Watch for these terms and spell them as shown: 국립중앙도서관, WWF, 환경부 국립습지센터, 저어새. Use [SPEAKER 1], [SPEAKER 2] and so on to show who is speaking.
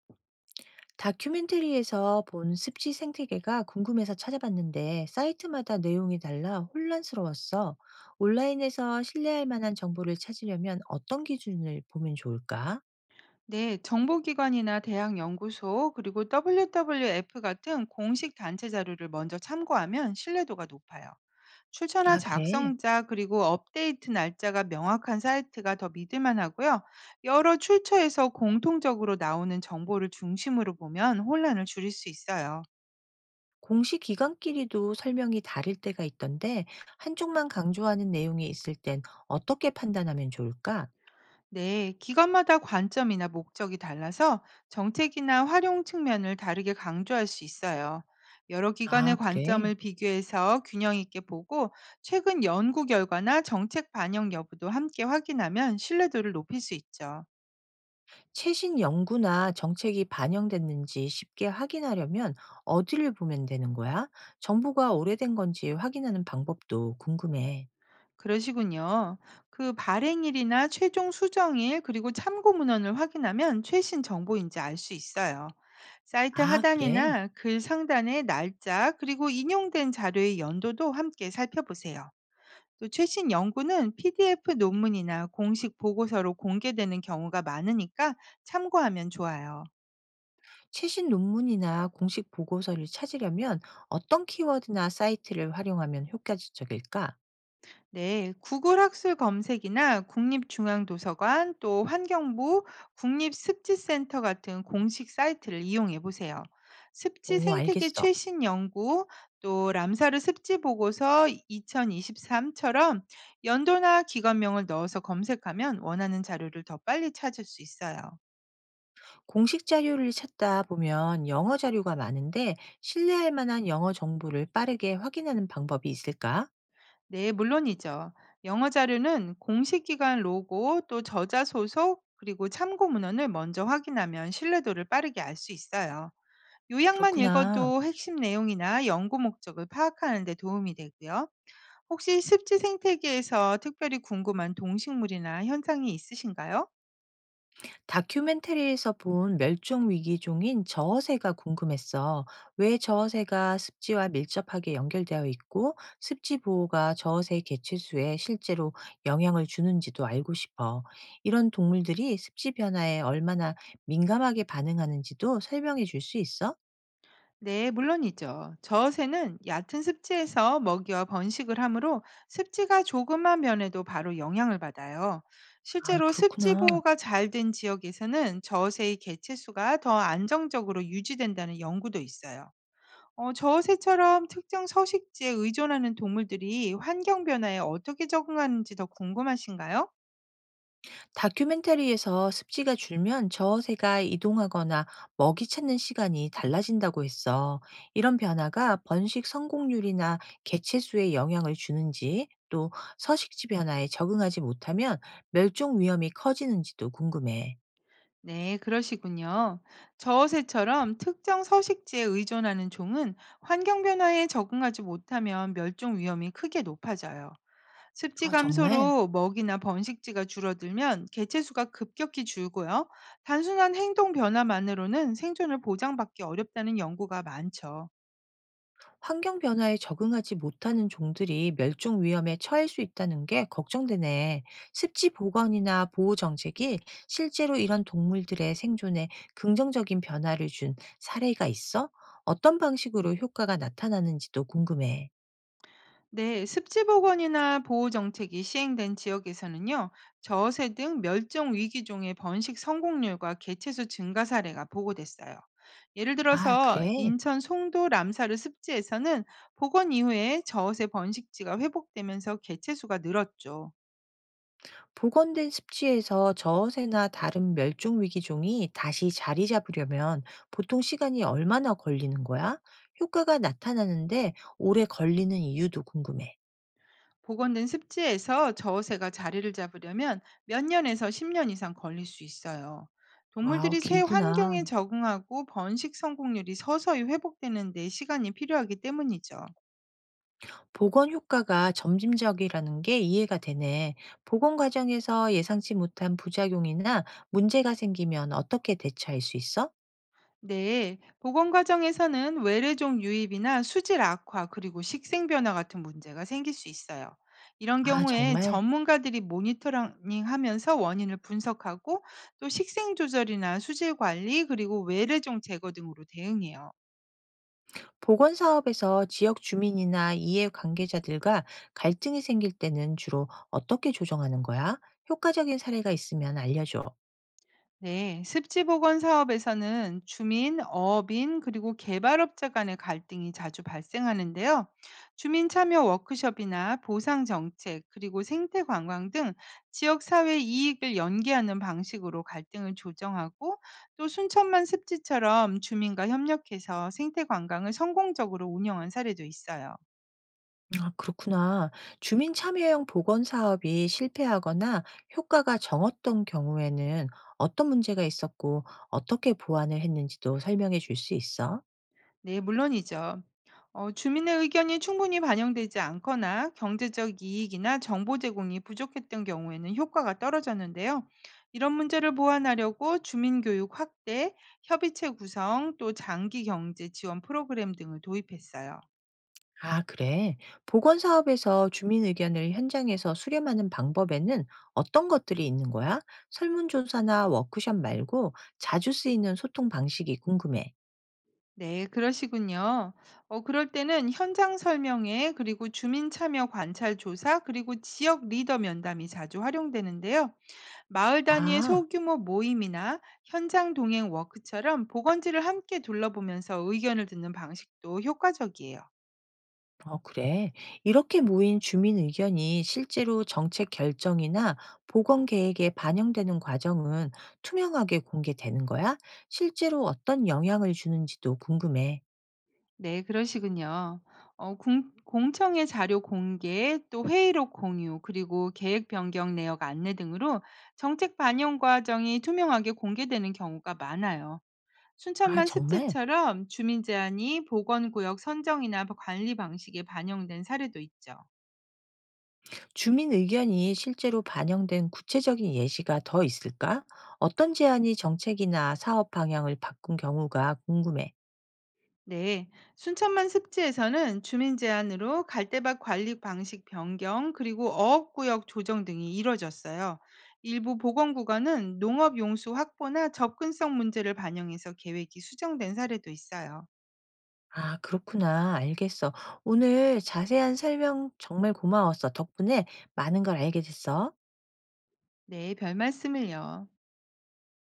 [SPEAKER 1] 다큐멘터리에서 본 습지 생태계가 궁금해서 찾아봤는데 사이트마다 내용이 달라 혼란스러웠어. 온라인에서 신뢰할 만한 정보를 찾으려면 어떤 기준을 보면 좋을까?
[SPEAKER 2] 네, 정보기관이나 대학 연구소, 그리고 WWF 같은 공식 단체 자료를 먼저 참고하면 신뢰도가 높아요. 출처나
[SPEAKER 1] 아, 그래.
[SPEAKER 2] 작성자, 그리고 업데이트 날짜가 명확한 사이트가 더 믿을만 하고요. 여러 출처에서 공통적으로 나오는 정보를 중심으로 보면 혼란을 줄일 수 있어요.
[SPEAKER 1] 공식 기관끼리도 설명이 다를 때가 있던데 한쪽만 강조하는 내용이 있을 땐 어떻게 판단하면 좋을까?
[SPEAKER 2] 네, 기관마다 관점이나 목적이 달라서 정책이나 활용 측면을 다르게 강조할 수 있어요. 여러 기관의
[SPEAKER 1] 아, 그래.
[SPEAKER 2] 관점을 비교해서 균형 있게 보고 최근 연구 결과나 정책 반영 여부도 함께 확인하면 신뢰도를 높일 수 있죠.
[SPEAKER 1] 최신 연구나 정책이 반영됐는지 쉽게 확인하려면 어디를 보면 되는 거야? 정보가 오래된 건지 확인하는 방법도 궁금해.
[SPEAKER 2] 그러시군요. 그 발행일이나 최종 수정일 그리고 참고 문헌을 확인하면 최신 정보인지 알 수 있어요. 사이트
[SPEAKER 1] 아, 그래?
[SPEAKER 2] 하단이나 글 상단의 날짜 그리고 인용된 자료의 연도도 함께 살펴보세요. 또 최신 연구는 PDF 논문이나 공식 보고서로 공개되는 경우가 많으니까 참고하면 좋아요.
[SPEAKER 1] 최신 논문이나 공식 보고서를 찾으려면 어떤 키워드나 사이트를 활용하면 효과적일까?
[SPEAKER 2] 네, 구글 학술 검색이나 국립중앙도서관 또 환경부 국립습지센터 같은 공식 사이트를 이용해 보세요. 습지
[SPEAKER 1] 오,
[SPEAKER 2] 생태계
[SPEAKER 1] 알겠어.
[SPEAKER 2] 최신 연구 또 람사르 습지 보고서 2023처럼 연도나 기관명을 넣어서 검색하면 원하는 자료를 더 빨리 찾을 수 있어요.
[SPEAKER 1] 공식 자료를 찾다 보면 영어 자료가 많은데 신뢰할 만한 영어 정보를 빠르게 확인하는 방법이 있을까?
[SPEAKER 2] 네, 물론이죠. 영어 자료는 공식 기관 로고 또 저자 소속 그리고 참고 문헌을 먼저 확인하면 신뢰도를 빠르게 알 수 있어요. 요약만
[SPEAKER 1] 그렇구나.
[SPEAKER 2] 읽어도 핵심 내용이나 연구 목적을 파악하는 데 도움이 되고요. 혹시 습지 생태계에서 특별히 궁금한 동식물이나 현상이 있으신가요?
[SPEAKER 1] 다큐멘터리에서 본 멸종위기종인 저어새가 궁금했어. 왜 저어새가 습지와 밀접하게 연결되어 있고 습지 보호가 저어새 개체수에 실제로 영향을 주는지도 알고 싶어. 이런 동물들이 습지 변화에 얼마나 민감하게 반응하는지도 설명해 줄 수 있어?
[SPEAKER 2] 네, 물론이죠. 저어새는 얕은 습지에서 먹이와 번식을 하므로 습지가 조금만 변해도 바로 영향을 받아요.
[SPEAKER 1] 아,
[SPEAKER 2] 실제로 습지
[SPEAKER 1] 그렇구나.
[SPEAKER 2] 보호가 잘된 지역에서는 저어새의 개체수가 더 안정적으로 유지된다는 연구도 있어요. 저어새처럼 특정 서식지에 의존하는 동물들이 환경 변화에 어떻게 적응하는지 더 궁금하신가요?
[SPEAKER 1] 다큐멘터리에서 습지가 줄면 저어새가 이동하거나 먹이 찾는 시간이 달라진다고 했어. 이런 변화가 번식 성공률이나 개체수에 영향을 주는지 또 서식지 변화에 적응하지 못하면 멸종 위험이 커지는지도 궁금해.
[SPEAKER 2] 네, 그러시군요. 저어새처럼 특정 서식지에 의존하는 종은 환경 변화에 적응하지 못하면 멸종 위험이 크게 높아져요. 습지
[SPEAKER 1] 아, 정말.
[SPEAKER 2] 감소로 먹이나 번식지가 줄어들면 개체수가 급격히 줄고요. 단순한 행동 변화만으로는 생존을 보장받기 어렵다는 연구가 많죠.
[SPEAKER 1] 환경 변화에 적응하지 못하는 종들이 멸종 위험에 처할 수 있다는 게 걱정되네. 습지 보건이나 보호 정책이 실제로 이런 동물들의 생존에 긍정적인 변화를 준 사례가 있어? 어떤 방식으로 효과가 나타나는지도 궁금해.
[SPEAKER 2] 네, 습지 복원이나 보호 정책이 시행된 지역에서는요, 저어새 등 멸종 위기 종의 번식 성공률과 개체수 증가 사례가 보고됐어요. 예를
[SPEAKER 1] 아,
[SPEAKER 2] 들어서
[SPEAKER 1] 그래?
[SPEAKER 2] 인천 송도 람사르 습지에서는 복원 이후에 저어새 번식지가 회복되면서 개체수가 늘었죠.
[SPEAKER 1] 복원된 습지에서 저어새나 다른 멸종 위기종이 다시 자리 잡으려면 보통 시간이 얼마나 걸리는 거야? 효과가 나타나는데 오래 걸리는 이유도 궁금해.
[SPEAKER 2] 복원된 습지에서 저어새가 자리를 잡으려면 몇 년에서 10년 이상 걸릴 수 있어요.
[SPEAKER 1] 와우,
[SPEAKER 2] 동물들이 새
[SPEAKER 1] 길구나.
[SPEAKER 2] 환경에 적응하고 번식 성공률이 서서히 회복되는데 시간이 필요하기 때문이죠.
[SPEAKER 1] 보건 효과가 점진적이라는 게 이해가 되네. 보건 과정에서 예상치 못한 부작용이나 문제가 생기면 어떻게 대처할 수 있어?
[SPEAKER 2] 네, 복원 과정에서는 외래종 유입이나 수질 악화 그리고 식생 변화 같은 문제가 생길 수 있어요. 이런
[SPEAKER 1] 아,
[SPEAKER 2] 경우에
[SPEAKER 1] 정말.
[SPEAKER 2] 전문가들이 모니터링하면서 원인을 분석하고 또 식생 조절이나 수질 관리 그리고 외래종 제거 등으로 대응해요.
[SPEAKER 1] 보건 사업에서 지역 주민이나 이해 관계자들과 갈등이 생길 때는 주로 어떻게 조정하는 거야? 효과적인 사례가 있으면 알려줘.
[SPEAKER 2] 네, 습지 복원 사업에서는 주민, 어업인, 그리고 개발업자 간의 갈등이 자주 발생하는데요. 주민 참여 워크숍이나 보상 정책, 그리고 생태 관광 등 지역 사회 이익을 연계하는 방식으로 갈등을 조정하고 또 순천만 습지처럼 주민과 협력해서 생태 관광을 성공적으로 운영한 사례도 있어요.
[SPEAKER 1] 아, 그렇구나. 주민 참여형 보건 사업이 실패하거나 효과가 적었던 경우에는 어떤 문제가 있었고 어떻게 보완을 했는지도 설명해 줄 수 있어?
[SPEAKER 2] 네, 물론이죠. 주민의 의견이 충분히 반영되지 않거나 경제적 이익이나 정보 제공이 부족했던 경우에는 효과가 떨어졌는데요. 이런 문제를 보완하려고 주민교육 확대, 협의체 구성, 또 장기 경제 지원 프로그램 등을 도입했어요.
[SPEAKER 1] 아, 그래. 보건 사업에서 주민 의견을 현장에서 수렴하는 방법에는 어떤 것들이 있는 거야? 설문조사나 워크숍 말고 자주 쓰이는 소통 방식이 궁금해.
[SPEAKER 2] 네, 그러시군요. 그럴 때는 현장 설명회, 그리고 주민 참여 관찰 조사, 그리고 지역 리더 면담이 자주 활용되는데요. 마을 단위의
[SPEAKER 1] 아.
[SPEAKER 2] 소규모 모임이나 현장 동행 워크처럼 보건지를 함께 둘러보면서 의견을 듣는 방식도 효과적이에요.
[SPEAKER 1] 그래. 이렇게 모인 주민 의견이 실제로 정책 결정이나 보건 계획에 반영되는 과정은 투명하게 공개되는 거야? 실제로 어떤 영향을 주는지도 궁금해.
[SPEAKER 2] 네, 그러시군요. 공청회 자료 공개, 또 회의록 공유, 그리고 계획 변경 내역 안내 등으로 정책 반영 과정이 투명하게 공개되는 경우가 많아요.
[SPEAKER 1] 아,
[SPEAKER 2] 순천만
[SPEAKER 1] 정말?
[SPEAKER 2] 습지처럼 주민 제안이 보건구역 선정이나 관리 방식에 반영된 사례도 있죠.
[SPEAKER 1] 주민 의견이 실제로 반영된 구체적인 예시가 더 있을까? 어떤 제안이 정책이나 사업 방향을 바꾼 경우가 궁금해.
[SPEAKER 2] 네, 순천만 습지에서는 주민 제안으로 갈대밭 관리 방식 변경 그리고 어업구역 조정 등이 이뤄졌어요. 일부 보건구간은 농업 용수 확보나 접근성 문제를 반영해서 계획이 수정된 사례도 있어요.
[SPEAKER 1] 아, 그렇구나. 알겠어. 오늘 자세한 설명 정말 고마웠어. 덕분에 많은 걸 알게 됐어.
[SPEAKER 2] 네, 별 말씀을요.